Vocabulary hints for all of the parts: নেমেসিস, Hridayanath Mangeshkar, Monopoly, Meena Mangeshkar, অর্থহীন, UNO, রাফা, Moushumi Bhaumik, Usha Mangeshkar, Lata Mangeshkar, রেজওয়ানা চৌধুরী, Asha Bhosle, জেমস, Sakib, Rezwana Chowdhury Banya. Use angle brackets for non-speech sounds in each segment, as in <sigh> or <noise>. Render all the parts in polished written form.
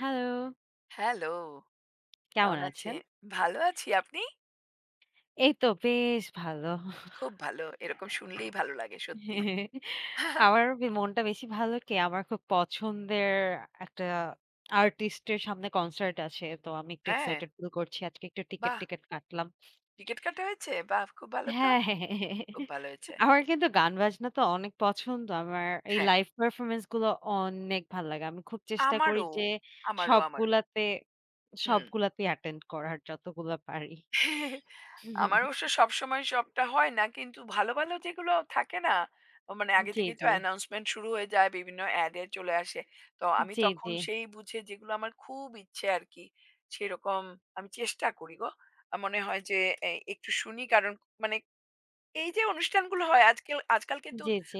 Hello, hello, কেমন কেমন আছেন? আছেন? ভালো আছি। আপনি? এই তো বেশ ভালো। খুব ভালো। এরকম শুনলেই ভালো লাগে সত্যি। <laughs> আমার বে মনটা বেশি ভালো কি আমার খুব পছন্দের একটা আর্টিস্টের সামনে কনসার্ট আছে। তো আমি একটু হ্যাঁ, এক্সাইটেড ফিল করছি। আজকে একটু বাহ! টিকেট-টিকেট কাটলাম। টিকেট কাটা হয়েছে? বাহ! খুব ভালো তো। হ্যাঁ, খুব ভালো হয়েছে। আমার কিন্তু গান বাজনা তো অনেক পছন্দ। আমার এই হ্যাঁ, লাইভ পারফরম্যান্স গুলো অনেক ভাল লাগে। আমি খুব চেষ্টা করি আমারও, যে আমারও, আমারও। সবগুলাতে হুম। সবগুলাতেই অ্যাটেন্ড করার যতগুলা পারি। <laughs> আমার অবশ্য সবসময় সবটা হয় না। কিন্তু ভালো, ভালো যেগুলো থাকে না? ও মানে আগে জি, থেকেই তো জি। অ্যানাউন্সমেন্ট শুরু হয়ে যায়, বিভিন্ন অ্যাড এ চলে আসে। তো আমি জি, তখন জি। সেই বুঝে যেগুলো আমার খুব ইচ্ছে আরকি, সেরকম আমি চেষ্টা করি গো। মনে হয় যে এ একটু শুনি কারণ মানে এই যে অনুষ্ঠানগুলো হয় আজকাল আজকাল কিন্তু জি, জি।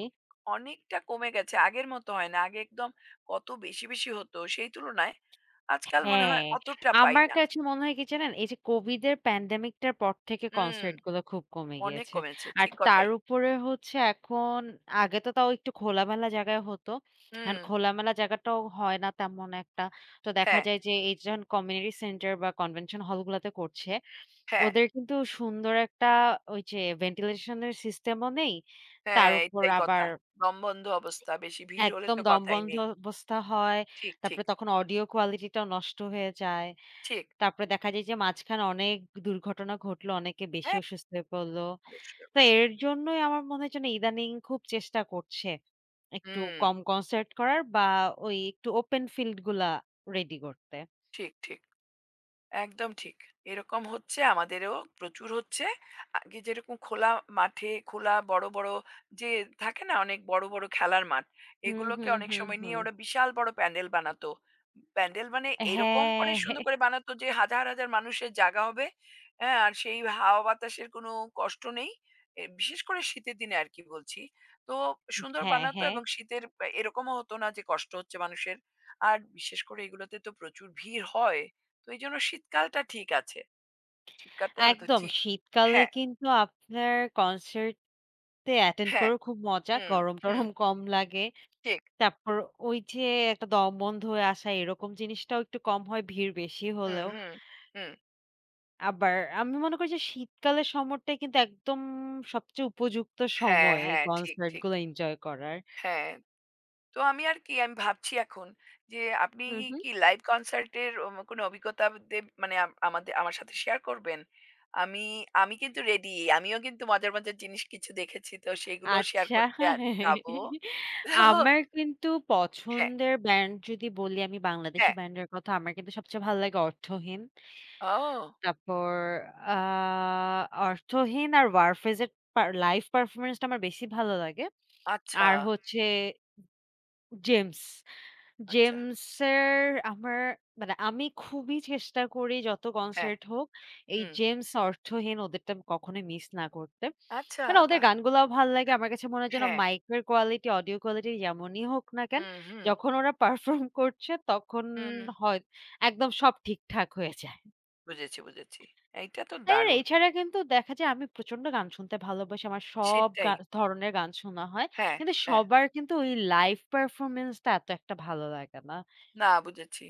অনেকটা কমে গেছে। আগের মতো হয় না। আগে একদম কত বেশি, বেশি হতো সেই তুলনায় আজকাল মনে হ্যাঁ, হয় অতটা পাই আমার না। কাছে মনে হয় কি জানেন? এই যে COVID এর প্যান্ডেমিক টার পর থেকে হুম, কনসার্ট গুলো খুব কমে অনেক গিয়েছে। কমেছে। আর ঠিক তার কথাই। উপরে হচ্ছে এখন আগে তো তাও একটু খোলামেলা জায়গায় হতো। এখন হুম। খোলামেলা জায়গাটাও হয় না তেমন একটা। তো দেখা হ্যাঁ, যায় যে এই যখন কমিউনিটি সেন্টার বা কনভেনশন হল গুলাতে করছে, হ্যাঁ, ওদের কিন্তু সুন্দর একটা ওই যে ভেন্টিলেশন এর সিস্টেম ও নেই। তার হ্যাঁ, উপর এটাই কথা। আবার দমবন্ধ অবস্থা। বেশি ভিড় হলে একদম তো কথাই দমবন্ধ নেই। অবস্থা হয়। ঠিক, ঠিক, তারপরে তখন অডিও কোয়ালিটি টাও নষ্ট হয়ে যায়। ঠিক। তারপরে দেখা যায় যে মাঝখানে অনেক দুর্ঘটনা ঘটলো, অনেকে বেশি হ্যাঁ, অসুস্থ হয়ে পড়লো। অবশ্যই, তো অবশ্যই। এর জন্যই আমার মনে হয় যেন ইদানিং খুব চেষ্টা করছে একটু হুম, কম কনসার্ট করার বা ওই একটু ওপেন ফিল্ড গুলা রেডি করতে। ঠিক, ঠিক। একদম ঠিক। এরকম হচ্ছে আমাদেরও প্রচুর হচ্ছে। আগে যেরকম খোলা মাঠে খোলা বড়, বড় যে থাকে না অনেক বড়, বড় খেলার মাঠ, হুম, এগুলোকে হুম, অনেক হুম, সময় নিয়ে হুম। ওরা বিশাল বড় প্যান্ডেল বানাতো। প্যান্ডেল মানে এরকম করে হ্যাঁ, সুন্দর করে বানাতো যে হাজার, হাজার মানুষের জায়গা হবে। হ্যাঁ, আর সেই হাওয়া বাতাসের কোনো কষ্ট নেই। এ বিশেষ করে শীতের দিনে আর কি বলছি। তো সুন্দর হ্যাঁ, বানাতো হ্যাঁ, এবং শীতের এরকমও হতো না যে কষ্ট হচ্ছে মানুষের। আর বিশেষ করে এগুলোতে তো প্রচুর ভিড় হয়। তো এইজন্য শীতকালটা ঠিক আছে। শীতকালটা তো একদম। ঠিক। শীতকালে হ্যাঁ। কিন্তু আপনার কনসার্ট এ অ্যাটেন্ড হ্যাঁ, করেও খুব মজা। হুম, হুম, গরম-টরম কম লাগে। ঠিক। তারপর ওই যে একটা দমবন্ধ হয়ে আসা এরকম জিনিসটাও একটু কম হয় ভিড় বেশি হুম, হলেও। হুম, হুম। আবার আমি মনে করি যে শীতকালের সময়টাই কিন্তু একদম সবচেয়ে উপযুক্ত হ্যাঁ, সময় এই হ্যাঁ, ঠিক, কনসার্ট ঠিক। গুলো এনজয় করার। হ্যাঁ, তো আমি আর কি আমি ভাবছি এখন যে আপনি হুম, হুম। কি লাইভ কনসার্ট এর কোনো অভিজ্ঞতা দে মানে আম আমাদে আমার সাথে শেয়ার করবেন? আমি আমি কিন্তু রেডি। আমিও কিন্তু মজার, মজার জিনিস কিছু দেখেছি। তো সেগুলোও শেয়ার আচ্ছা করতে আর যাবো। আমার <laughs> কিন্তু হ্যাঁ, পছন্দের ব্যান্ড যদি বলি আমি বাংলাদেশী হ্যাঁ। ব্যান্ডের কথা আমার কিন্তু সবচেয়ে ভালো লাগে অর্থহীন। ও তারপর আ অর্থহীন আর ওয়ারফেজের পার লাইভ পারফরম্যান্সটা আমার বেশি ভালো লাগে। আচ্ছা, আর হচ্ছে জেমস। আচ্ছা। জেমসের আমার মানে আমি খুবই চেষ্টা করি যত হ্যাঁ, কনসার্ট হোক এই হুম। জেমস অর্থহীন ওদেরটা আমি কখনোই মিস না করতে। আচ্ছা, মানে ওদের বাহ! গানগুলাও ভাল লাগে। আমার কাছে মনে হয় যেন হ্যাঁ। মাইকের কোয়ালিটি, অডিও কোয়ালিটি যেমনই হোক না কেন, হুম, হুম, যখন ওরা পারফর্ম করছে তখন হুম। হয় একদম সব ঠিকঠাক হয়ে যায়। বুঝেছি, বুঝেছি। এইটা তো দারুণ। এছাড়া কিন্তু দেখা যায় আমি প্রচন্ড গান শুনতে ভালোবাসি। আমার সব সেটাই। ধরনের গান শোনা হয়। হ্যাঁ, কিন্তু হ্যাঁ। সবার কিন্তু ওই লাইভ পারফরম্যান্সটা এত একটা ভালো লাগে না। না বুঝেছি।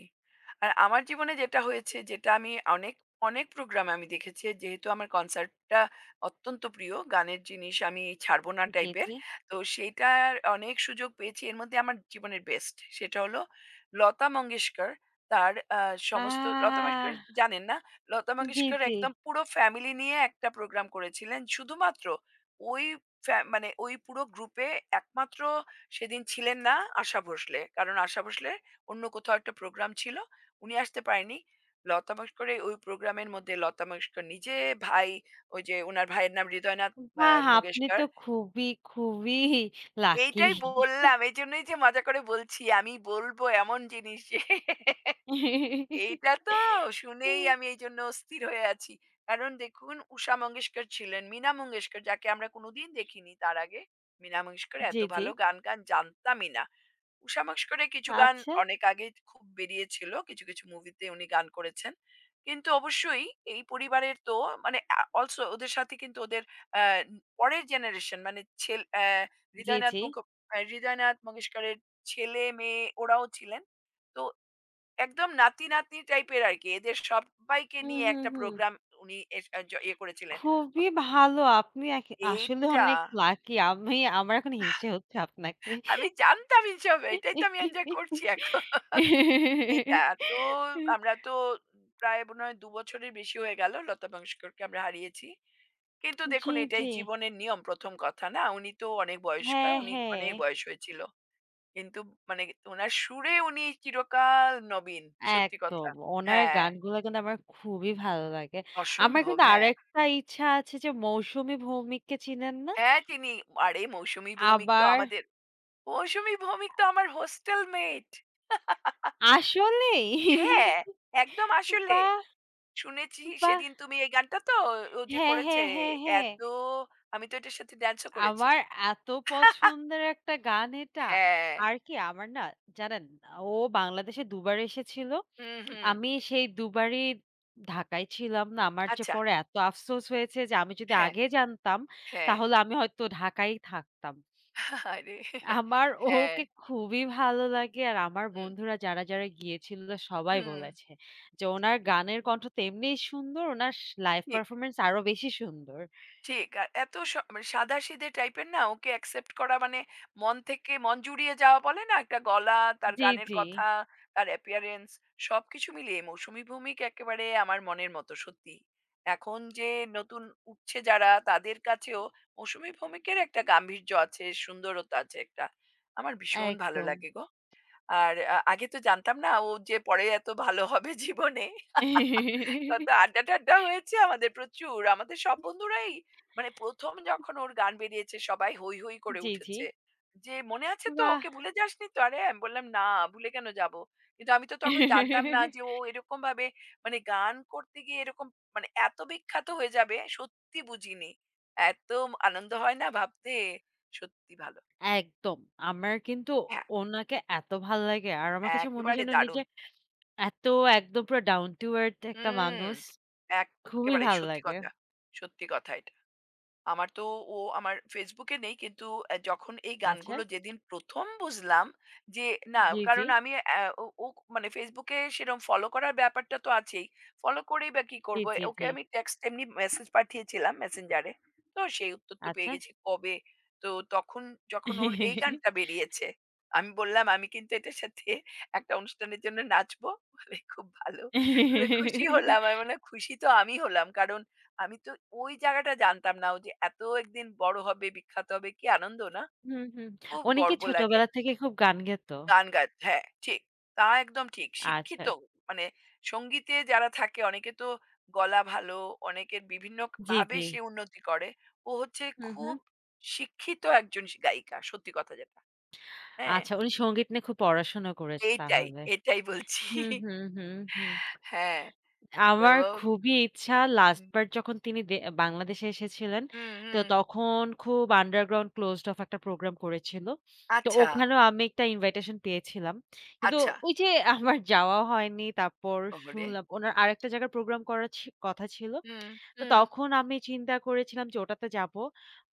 আর আমার জীবনে যেটা হয়েছে, যেটা আমি অনেক, অনেক প্রোগ্রামে আমি দেখেছি। যেহেতু আমার কনসার্টটা অত্যন্ত প্রিয়, গানের জিনিস আমি ছাড়বো না জি, টাইপের। জি। তো সেইটার অনেক সুযোগ পেয়েছি। এর মধ্যে আমার জীবনের বেস্ট। সেটা হলো লতা মঙ্গেশকর। তার সমস্ত লতা আহ, মঙ্গেশকর জানেন না? লতা জি, মঙ্গেশকর জি। একদম পুরো ফ্যামিলি নিয়ে একটা প্রোগ্রাম করেছিলেন। শুধুমাত্র ওই মানে ওই পুরো গ্রুপে একমাত্র সেদিন ছিলেন না আশা ভোসলে। কারণ আশা ভোসলে অন্য কোথাও একটা প্রোগ্রাম ছিল। উনি আসতে পারেনি। লতা মঙ্গেশকরের ওই প্রোগ্রামের মধ্যে লতা মঙ্গেশকর নিজে, ভাই ওই যে উনার ভাইয়ের নাম হৃদয়নাথ আ বাহ! আপনি তো মঙ্গেশকর। খুবই, খুবই লাকি। এইটাই বললাম। এইজন্যই যে মজা করে বলছি। আমি বলব এমন জিনিস যে এইটা তো শুনেই আমি এইজন্য অস্থির হয়ে আছি। কারণ দেখুন উষা মঙ্গেশকর ছিলেন, মীনা মঙ্গেশকর যাকে আমরা কোনোদিন দেখিনি তার আগে। মীনা মঙ্গেশকর এত জি, জি। ভালো গান গান জানতামই না। উষা মঙ্গেশকরের কিছু গান আচ্ছা। অনেক আগে খুব বেরিয়েছিল। কিছু, কিছু মুভিতে উনি গান করেছেন। কিন্তু অবশ্যই এই পরিবারের তো মানে অলসো ওদের সাথে কিন্তু ওদের আ পরের জেনারেশন মানে ছেল অ্যা জি, হৃদয়নাথ জি। মুখ হৃদয়নাথ মঙ্গেশকরের ছেলে-মেয়ে ওরাও ছিলেন। তো একদম নাতি-নাতনি টাইপের আরকি। এদের সব্বাইকে হুম, নিয়ে হুম, একটা হুম। প্রোগ্রাম উনি এস আ জ ইয়ে করেছিলেন। অ খুবই ভালো। আপনি এক আসলে এইটা অনেক লাকি। আমি আমার এখন হিংসে হচ্ছে আপনাকে। আমি জানতাম এসব। এটাই তো আমি এনজয় করছি এখন। এটা তো আমরা তো প্রায় মনে হয় ২ বছরের বেশি হয়ে গেল লতা মঙ্গেশকরকে আমরা হারিয়েছি। কিন্তু জি, দেখুন এটাই জি। জীবনের নিয়ম ১ম কথা না? উনি তো অনেক বয়স্কা, হ্যাঁ, উনি হ্যাঁ। অনেক বয়স হয়েছিল। কিন্তু মানে উনার সুরে উনি চিরকাল নবীন। সত্যি কথা। একদম। ওনার হ্যাঁ, গানগুলা কিন্তু আমার খুবই ভালো লাগে। আমার অসম্ভব। কিন্তু হ্যাঁ। আরেকটা ইচ্ছা আছে যে মৌসুমী ভৌমিককে চিনেন না? হ্যাঁ, চিনি। আরে মৌসুমী ভৌমিক তো আবার আমাদের মৌসুমী ভৌমিক তো আমার হোস্টেল মেট। আসলেই? হ্যাঁ, একদম আসলে। বাহ! শুনেছি বাহ! সেদিন তুমি এই গানটা তো ও যে হ্যাঁ, করেছে হ্যাঁ, হ্যাঁ, হ্যাঁ। এত আমি তো এটার সাথে ড্যান্সও করেছি। আমার এত <laughs> পছন্দের একটা গান এটা। হ্যাঁ। আর কি আমার না জানেন ও বাংলাদেশে দুবার এসেছিল। হুম, হুম। আমি সেই দুবারই ঢাকায় ছিলাম না। আমার যে আচ্ছা। পরে এত আফসোস হয়েছে যে আমি যদি হ্যাঁ, আগে জানতাম হ্যাঁ। তাহলে আমি হয়তো ঢাকায়ই থাকতাম। আরে আমার হ্যাঁ। ওকে খুবই ভালো লাগে আর আমার হুম, বন্ধুরা যারা, যারা গিয়েছিল সবাই হুম। বলেছে যে ঠিক, ওনার গানের কণ্ঠ তো এমনিই সুন্দর, ওনার লাইভ ঠিক। পারফরম্যান্স আরো বেশি সুন্দর। ঠিক। আর এত মানে সাদাসিধে টাইপের না ওকে অ্যাকসেপ্ট করা মানে মন থেকে মন জুড়িয়ে যাওয়া বলে না? একটা গলা, তার জি, গানের জি। কথা, তার অ্যাপিয়ারেন্স সবকিছু মিলিয়ে মৌসুমী ভৌমিক একেবারে আমার মনের মতো সত্যি। এখন যে নতুন উঠছে যারা তাদের কাছেও মৌসুমী ভৌমিকের একটা গাম্ভীর্য আছে, সুন্দরতা আছে একটা। আমার ভীষণ ভালো একদম। লাগে গো। আর আগে তো জানতাম না ও যে পরে এত ভালো হবে জীবনে। কত <laughs> আড্ডা টাড্ডা হয়েছে আমাদের প্রচুর। আমাদের সব বন্ধুরাই মানে ১ম যখন ওর গান বেরিয়েছে সবাই হৈ, হৈ করে জি, জি। উঠেছে। যে "মনে আছে তো? বাহ! ওকে ভুলে যাসনি তো?" আরে আমি বললাম, "না, ভুলে কেন যাবো?" কিন্তু আমি তো তখন জানতাম না যে ও এরকমভাবে মানে গান করতে গিয়ে এরকম মানে এত বিখ্যাত হয়ে যাবে সত্যি বুঝিনি। এত আনন্দ হয় না ভাবতে? সত্যি ভালো। একদম। আমার কিন্তু হ্যাঁ, ওনাকে এত ভাল লাগে। আর আমার কাছে মনে হয় একেবারে যেন নিজে দারুণ। এত একদম পুরো down to earth একটা হুম। মানুষ। খুবই এক্কেবারে ভাল সত্যি লাগে। কথা। সত্যি কথা এটা। আমার তো ও আমার Facebook এ নেই কিন্তু যখন এই আচ্ছা। গানগুলো যেদিন ১ম বুঝলাম যে না জি, জি। কারণ আমি আ ও ও মানে Facebook এ সেরকম ফলো করার ব্যাপারটা তো আছেই। ফলো করেই বা কি জি, করব? জি, ওকে জি। আমি টেক্সট এমনি মেসেজ পাঠিয়েছিলাম Messenger এ। তো সেই উত্তর তো আচ্ছা। পেয়ে গেছি কবে। তো তখন যখন ওর এই গানটা বেরিয়েছে, আমি বললাম, "আমি কিন্তু এটার সাথে একটা অনুষ্ঠানের জন্য নাচবো।" বলে, "খুব ভালো।" বলে খুশি হলাম। আমি বললাম, "খুশি তো আমি হলাম।" কারণ আমি তো ওই জায়গাটা জানতাম না। ও যে এত একদিন বড় হবে, বিখ্যাত হবে, কি আনন্দ না? হুম, হুম। খুব উনি কি গর্ব লাগে। ছোটবেলা থেকে খুব গান গেতো? গান গায় হ্যাঁ, ঠিক। তা একদম ঠিক। আচ্ছা। শিক্ষিত মানে সঙ্গীতে যারা থাকে অনেকে তো গলা ভালো, অনেকের বিভিন্ন জি, ভাবে জি। সে উন্নতি করে। ও হচ্ছে হুম, হুম। খুব শিক্ষিত একজন গায়িকা। সত্যি কথা যেটা। হ্যাঁ, আচ্ছা উনি সংগীত নিয়ে খুব পড়াশোনা করেছে এইটাই, তাহলে। এটাই বলছি। হুম, হুম, হুম, হুম। হ্যাঁ, তো আমার খুবই ইচ্ছা লাস্ট হুম, বার যখন তিনি বাংলাদেশে এসেছিলেন, হুম, তো হুম। তখন খুব আন্ডারগ্রাউন্ড ক্লোজড অফ একটা প্রোগ্রাম করেছিল। তো আচ্ছা, ওখানেও আমি একটা ইনভাইটেশন পেয়েছিলাম। কিন্তু আচ্ছা। ওই যে আমার যাওয়া হয়নি। তারপর ওহরে! শুনলাম উনার আরেকটা জায়গায় প্রোগ্রাম করার কথা ছিল। হুম, তো হুম, তখন আমি চিন্তা করেছিলাম যে ওটাতে যাব।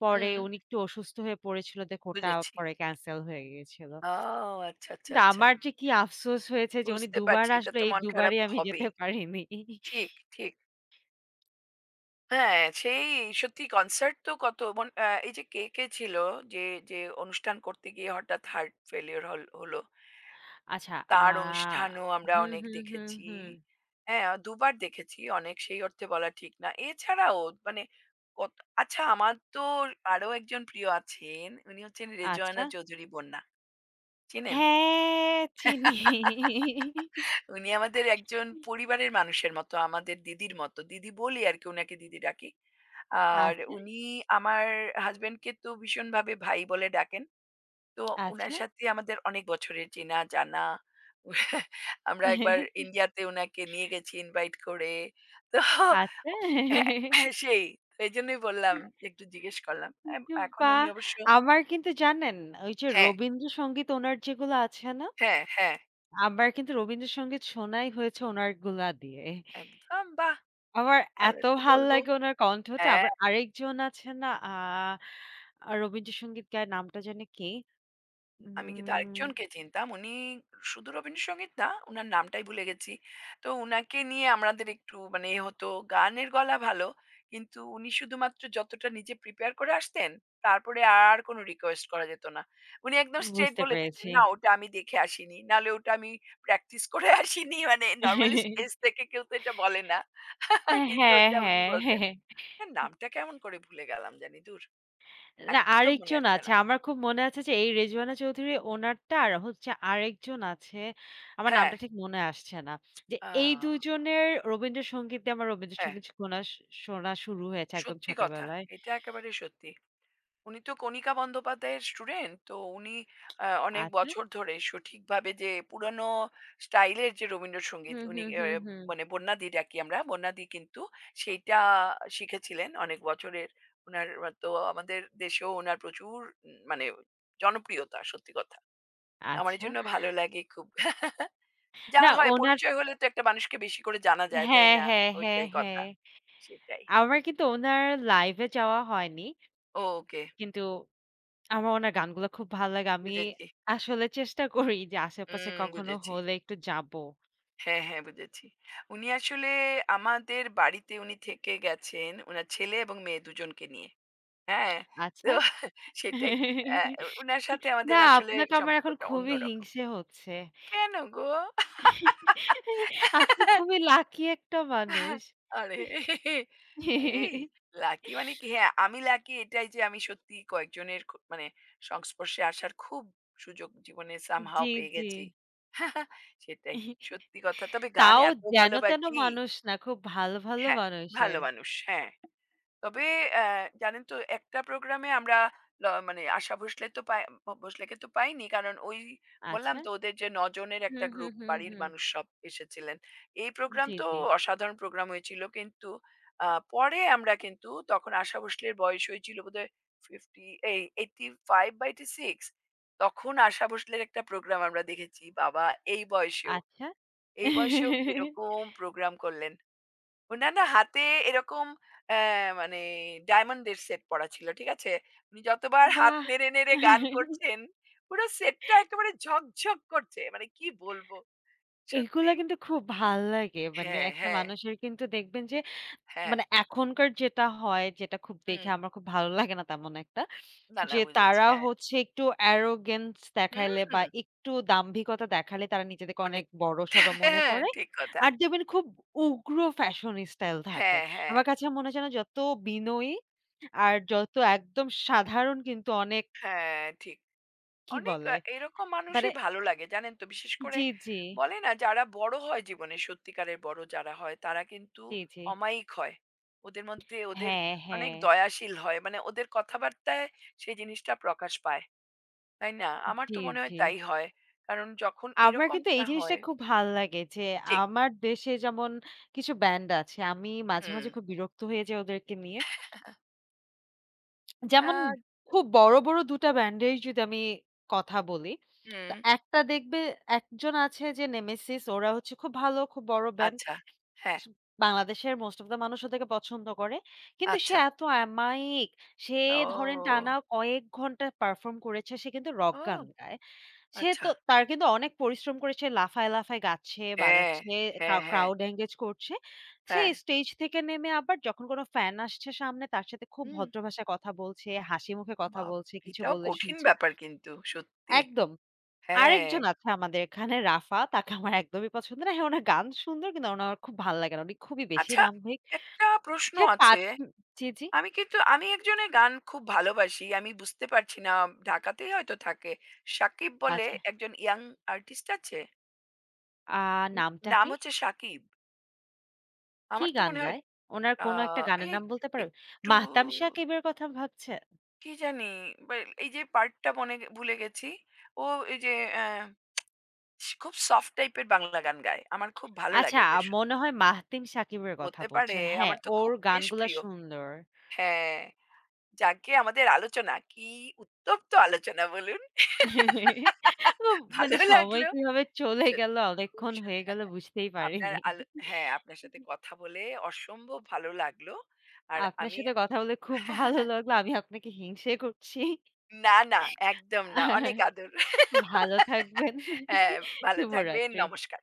পরে হুম। উনি একটু অসুস্থ হয়ে পড়েছিল দেখে ওটা বুঝেছি। পরে ক্যানসেল হয়ে গিয়েছিল। আও আচ্ছা, আচ্ছা, কিন্তু আচ্ছা। আমার যে কি আফসোস হয়েছে যে উনি বুঝতে দুবার পারছি এটা আসলো তো এই মন খারাপ দুবারই আমি যেতে হবেই। পারিনি। ঠিক, ঠিক। হ্যাঁ, সেই সত্যি কনসার্ট তো কত মন এই যে কে, কে ছিল যে, যে অনুষ্ঠান করতে গিয়ে হঠাৎ হার্ট ফেইলিউর হলো। আচ্ছা. তার অনুষ্ঠানও আমরা হুম, অনেক হুম, হুম, দেখেছি। হুম। হ্যাঁ, দুবার দেখেছি। অনেক সেই অর্থে বলা ঠিক না। এছাড়াও মানে কত আচ্ছা আমার তো আরো একজন প্রিয় আছেন। উনি হচ্ছেন আচ্ছা। রেজওয়ানা চৌধুরী বন্যা। চেনেন? হ্যাঁ, চিনি। উনি আমাদের একজন পরিবারের মানুষের মতো, আমাদের দিদির মতো। দিদি বলি আরকি উনাকে দিদি ডাকি। আর আচ্ছা, উনি আমার হাসব্যান্ডকে তো ভীষণভাবে ভাই বলে ডাকেন। তো উনার আচ্ছা, সাথে আমাদের অনেক বছরের চেনা জানা। আমরা একবার ইন্ডিয়াতে উনাকে নিয়ে গেছি ইনভাইট করে। তো আচ্ছা। হ্যাঁ, হ্যাঁ, সেই। এইজন্যই বললাম যে একটু জিজ্ঞেস করলাম। এম এখন বাহ! উনি অবশ্য আমার কিন্তু জানেন ওই যে হ্যাঁ, রবীন্দ্রসঙ্গীত ওনার যেগুলো আছে না? হ্যাঁ, হ্যাঁ। আমার কিন্তু রবীন্দ্রসঙ্গীত শোনাই হয়েছে ওনার গুলা দিয়ে। একদম বাহ! আমার তাহলে এত তো ভাল বলব লাগে ওনার কণ্ঠটা। হ্যাঁ। আবার আরেকজন আছে না আ আ রবীন্দ্রসঙ্গীত গায় নামটা জানি কি? আমি কিন্তু উম আরেকজনকে চিনতাম। উনি শুধু রবীন্দ্রসঙ্গীত না, উনার নামটাই ভুলে গেছি। তো উনাকে নিয়ে আমাদের একটু মানে এ হতো। গানের গলা ভালো, কিন্তু উনি শুধুমাত্র যতটা নিজে প্রিপেয়ার করে আসতেন, তারপরে আর কোন রিকোয়েস্ট করা যেত না। উনি একদম স্ট্রেইট বুঝতে বলে দিতেন, পেরেছি। "না, ওটা আমি দেখে আসিনি। নাহলে ওটা আমি প্র্যাকটিস করে <laughs> আসিনি।" মানে নরমালি স্টেজ থেকে কেউ তো এটা বলে না। <laughs> হ্যাঁ, কিন্তু হ্যাঁ, ওটা উনি হ্যাঁ। বলতেন। হ্যাঁ। তার নামটা কেমন করে ভুলে গেলাম জানি। দূর! না একদম মনে আরেকজন আসছে আছে। না। আমার খুব মনে আছে যে এই রেজওয়ানা চৌধুরী ওনারটা আর হচ্ছে আরেকজন আছে। আমার হ্যাঁ, নামটা ঠিক মনে আসছে না। যে আ এই ২ জনের রবীন্দ্রসঙ্গীত দিয়ে আমার হ্যাঁ। রবীন্দ্রসঙ্গীত শোনা শোনা শুরু হয়েছে একদম সত্যি কথা। ছোটবেলায়। এটা একেবারেই সত্যি। উনি তো কণিকা বন্দ্যোপাধ্যায়ের স্টুডেন্ট। তো উনি অনেক আচ্ছা। বছর ধরে সঠিকভাবে যে পুরানো স্টাইলের যে রবীন্দ্রসঙ্গীত হুম, উনি হুম, এ হুম, হুম। মানে বন্যাদি ডাকি আমরা। বন্যাদি কিন্তু সেইটা শিখেছিলেন অনেক বছরের। উনার তো আমাদের দেশেও উনার প্রচুর মানে জনপ্রিয়তা সত্যি কথা। আমার এই আচ্ছা। জন্য ভালো লাগে খুব। <laughs> যা না হয় ওনার পরিচয় হলে তো একটা মানুষকে বেশি করে জানা যায়, তাই হ্যাঁ, না? হ্যাঁ, হ্যাঁ, ওইটাই কথা। হ্যাঁ। সেটাই। আমার কিন্তু ওনার লাইভে যাওয়া হয়নি। ওকে কিন্তু আমার উনার গানগুলা খুব ভাল লাগে। আমি বুঝেছি। আসলে চেষ্টা করি যে আশেপাশে হুম, কখনো বুঝেছি। হলে একটু যাবো। হ্যাঁ, হ্যাঁ বুঝেছি। উনি আসলে আমাদের বাড়িতে উনি থেকে গেছেন উনার ছেলে এবং মেয়ে দুজনকে নিয়ে। হ্যাঁ? তো আচ্ছা? <laughs> সেটাই। আ উনার সাথে না, আমাদের আসলে আপনাকে আমার এখন সম্পর্কটা খুবই অন্যরকম। হিংসে হচ্ছে। কেন গো? আপনি খুবই লাকি একটা মানুষ। আরে! এই লাকি মানে কি? হ্যাঁ, আমি লাকি এটাই যে আমি সত্যি কয়েকজনের মানে সংস্পর্শে আসার খুব সুযোগ জীবনে somehow জি, পেয়ে জি। গেছি। <laughs> সেটাই। সত্যি কথা। তবে গান তাও এত যেন তেন ভালোবাসি। মানুষ না, খুব ভালো, ভালো হ্যাঁ, মানুষের। ভালো মানুষ। হ্যাঁ। তবে অ্যা জানেন তো একটা প্রোগ্রামে আমরা মানে আশা ভোঁসলে তো পাই ভোঁসলেকে তো পাইনি। কারণ ওই বললাম আচ্ছা। তো ওদের যে ৯ জনের একটা হুম, হুম, গ্রুপ হুম, বাড়ির হুম। মানুষ সব এসেছিলেন। এই প্রোগ্রাম জি, তো জি। অসাধারণ প্রোগ্রাম হয়েছিল। কিন্তু আ পরে আমরা কিন্তু তখন আশা ভোঁসলের বয়স হয়েছিল বোধহয় 50 এই 85 বা 86 তখন আশা ভোঁসলের একটা প্রোগ্রাম আমরা দেখেছি। বাবা! এই বয়সেও, আচ্ছা। এই বয়সেও কিরকম প্রোগ্রাম করলেন। উনার না হাতে এরকম অ্যা মানে ডায়মন্ডের সেট পরা ছিল। ঠিক আছে? উনি যতবার হাত বাহ! নেড়ে, নেড়ে গান করছেন, পুরো সেটটা একেবারে ঝকঝক করছে। মানে কি বলবো? এগুলা সত্যি। কিন্তু খুব ভাল লাগে। মানে হ্যাঁ, একটা হ্যাঁ, মানুষের কিন্তু দেখবেন যে হ্যাঁ। মানে এখনকার যেটা হয়, যেটা খুব দেখে হুম। আমার খুব ভালো লাগে না তেমন একটা। না, না যে বুঝেছি। তারা হ্যাঁ। হচ্ছে একটু arrogance হুম, দেখাইলে বা হুম। একটু দাম্ভিকতা দেখালে তারা নিজেদেরকে অনেক অনেক বড়সড় মনে হ্যাঁ, করে। ঠিক কথা। আর দেখবেন খুব উগ্র ফ্যাশন স্টাইল থাকে। হ্যাঁ, হ্যাঁ। আমার কাছে মনে হয় যেন যত বিনয়ী আর যত একদম সাধারণ কিন্তু অনেক হ্যাঁ, ঠিক। কি অনেক বলে? এরকম মানে মানুষই ভালো লাগে জানেন তো? বিশেষ করে জি, জি, বলে না যারা বড় হয় জীবনে, সত্যিকারের বড় যারা হয় তারা কিন্তু জি, জি। অমায়িক হয়। ওদের মধ্যে ওদের হ্যাঁ, অনেক হ্যাঁ। দয়াশীল হয়। মানে ওদের কথাবার্তায় সেই জিনিসটা প্রকাশ পায়। তাই না? আমার তো জি, মনে হয় জি। তাই হয়। কারণ যখন আমার কিন্তু এই এরকমটা জিনিসটা হয় খুব ভাল লাগে যে ঠিক। আমার দেশে যেমন কিছু ব্যান্ড আছে। আমি মাঝে, হুম। মাঝে খুব বিরক্ত হয়ে যাই ওদেরকে নিয়ে। যেমন আ খুব বড়, বড় ২ টা ব্যান্ডের যদি আমি কথা বলি। তো হুম। একটা দেখবে একজন আছে যে 'নেমেসিস' ওরা হচ্ছে খুব ভালো, খুব বড় ব্যান্ড। আচ্ছা। হ্যাঁ, স বাংলাদেশের মোস্ট অফ দা মানুষ ওদেরকে পছন্দ করে। কিন্তু সে আচ্ছা। এত অমায়িক। সে ধরেন ও! টানা কয়েক ঘন্টা পারফর্ম করেছে। সে কিন্তু রক ও! গান গায়। সে তো আচ্ছা। তার কিন্তু অনেক পরিশ্রম করে সে লাফায়, লাফায় গাচ্ছে, হ্যাঁ, বাজাচ্ছে, হ্যাঁ, হ্যাঁ, ক্রাউড এনগেজ করছে। সে হ্যাঁ। স্টেজ থেকে নেমে আবার যখন কোনো ফ্যান আসছে সামনে তার সাথে খুব হুম। ভদ্র ভাষায় কথা বলছে, হাসি মুখে কথা বাব! বলছে, কিছু এটাও বললে কঠিন শুনছে। ব্যাপার কিন্তু সত্যি। একদম। হ্যাঁ, আরেকজন আছে আমাদের এখানে রাফা। তাকে আমার একদমই পছন্দ না। হ্যাঁ, উনার গান সুন্দর কিন্তু উনার খুব ভাল লাগে না। উনি খুবই বেশি আচ্ছা দাম্ভিক। একটা প্রশ্ন সে আছে। ৫ জি, জি। আমি কিন্তু আমি একজনের গান খুব ভালোবাসি। আমি বুঝতে পারছি না ঢাকাতেই হয়তো থাকে। সাকিব বলে আচ্ছা। একজন ইয়াং আর্টিস্ট আছে। আ উম নামটা নাম কি? হচ্ছে সাকিব। কি আমার তো গান মনে হয় গায়? উনার আ কোনো একটা গানের এই নাম বলতে পারবেন? একটু মাহতাম সাকিবের কথা ভাবছেন? কি জানি বা এই যে পার্টটা মনে ভুলে গেছি। ও এই যে খুব সফট টাইপের বাংলা গান গায়। আমার খুব ভালো আচ্ছা, লাগে এটা মনে হয় মাহতিম শাকিবের কথা হতে পারে। বলছেন। হ্যাঁ, আমার তো ওর খুব বেশ গানগুলা প্রিয়। সুন্দর। হ্যাঁ, যাকে আমাদের আলোচনা, কি উত্তপ্ত আলোচনা বলুন। <laughs> তো ভালো মানে সময় লাগলো। কিভাবে চলে গেল সত্যি খুব অনেকক্ষণ হয়ে সুন্দর। গেল বুঝতেই আপনার পারিনি। আলো হ্যাঁ, আপনার সাথে কথা বলে অসম্ভব ভালো লাগলো। আর আপনার আমি সাথে কথা বলে খুব ভালো <laughs> লাগলো। আমি আপনাকে হিংসে করছি। না, না, একদম না। অনেক আদর। ভালো থাকবেন। হ্যাঁ, ভালো থাকবেন। শুভরাত্রি। নমস্কার।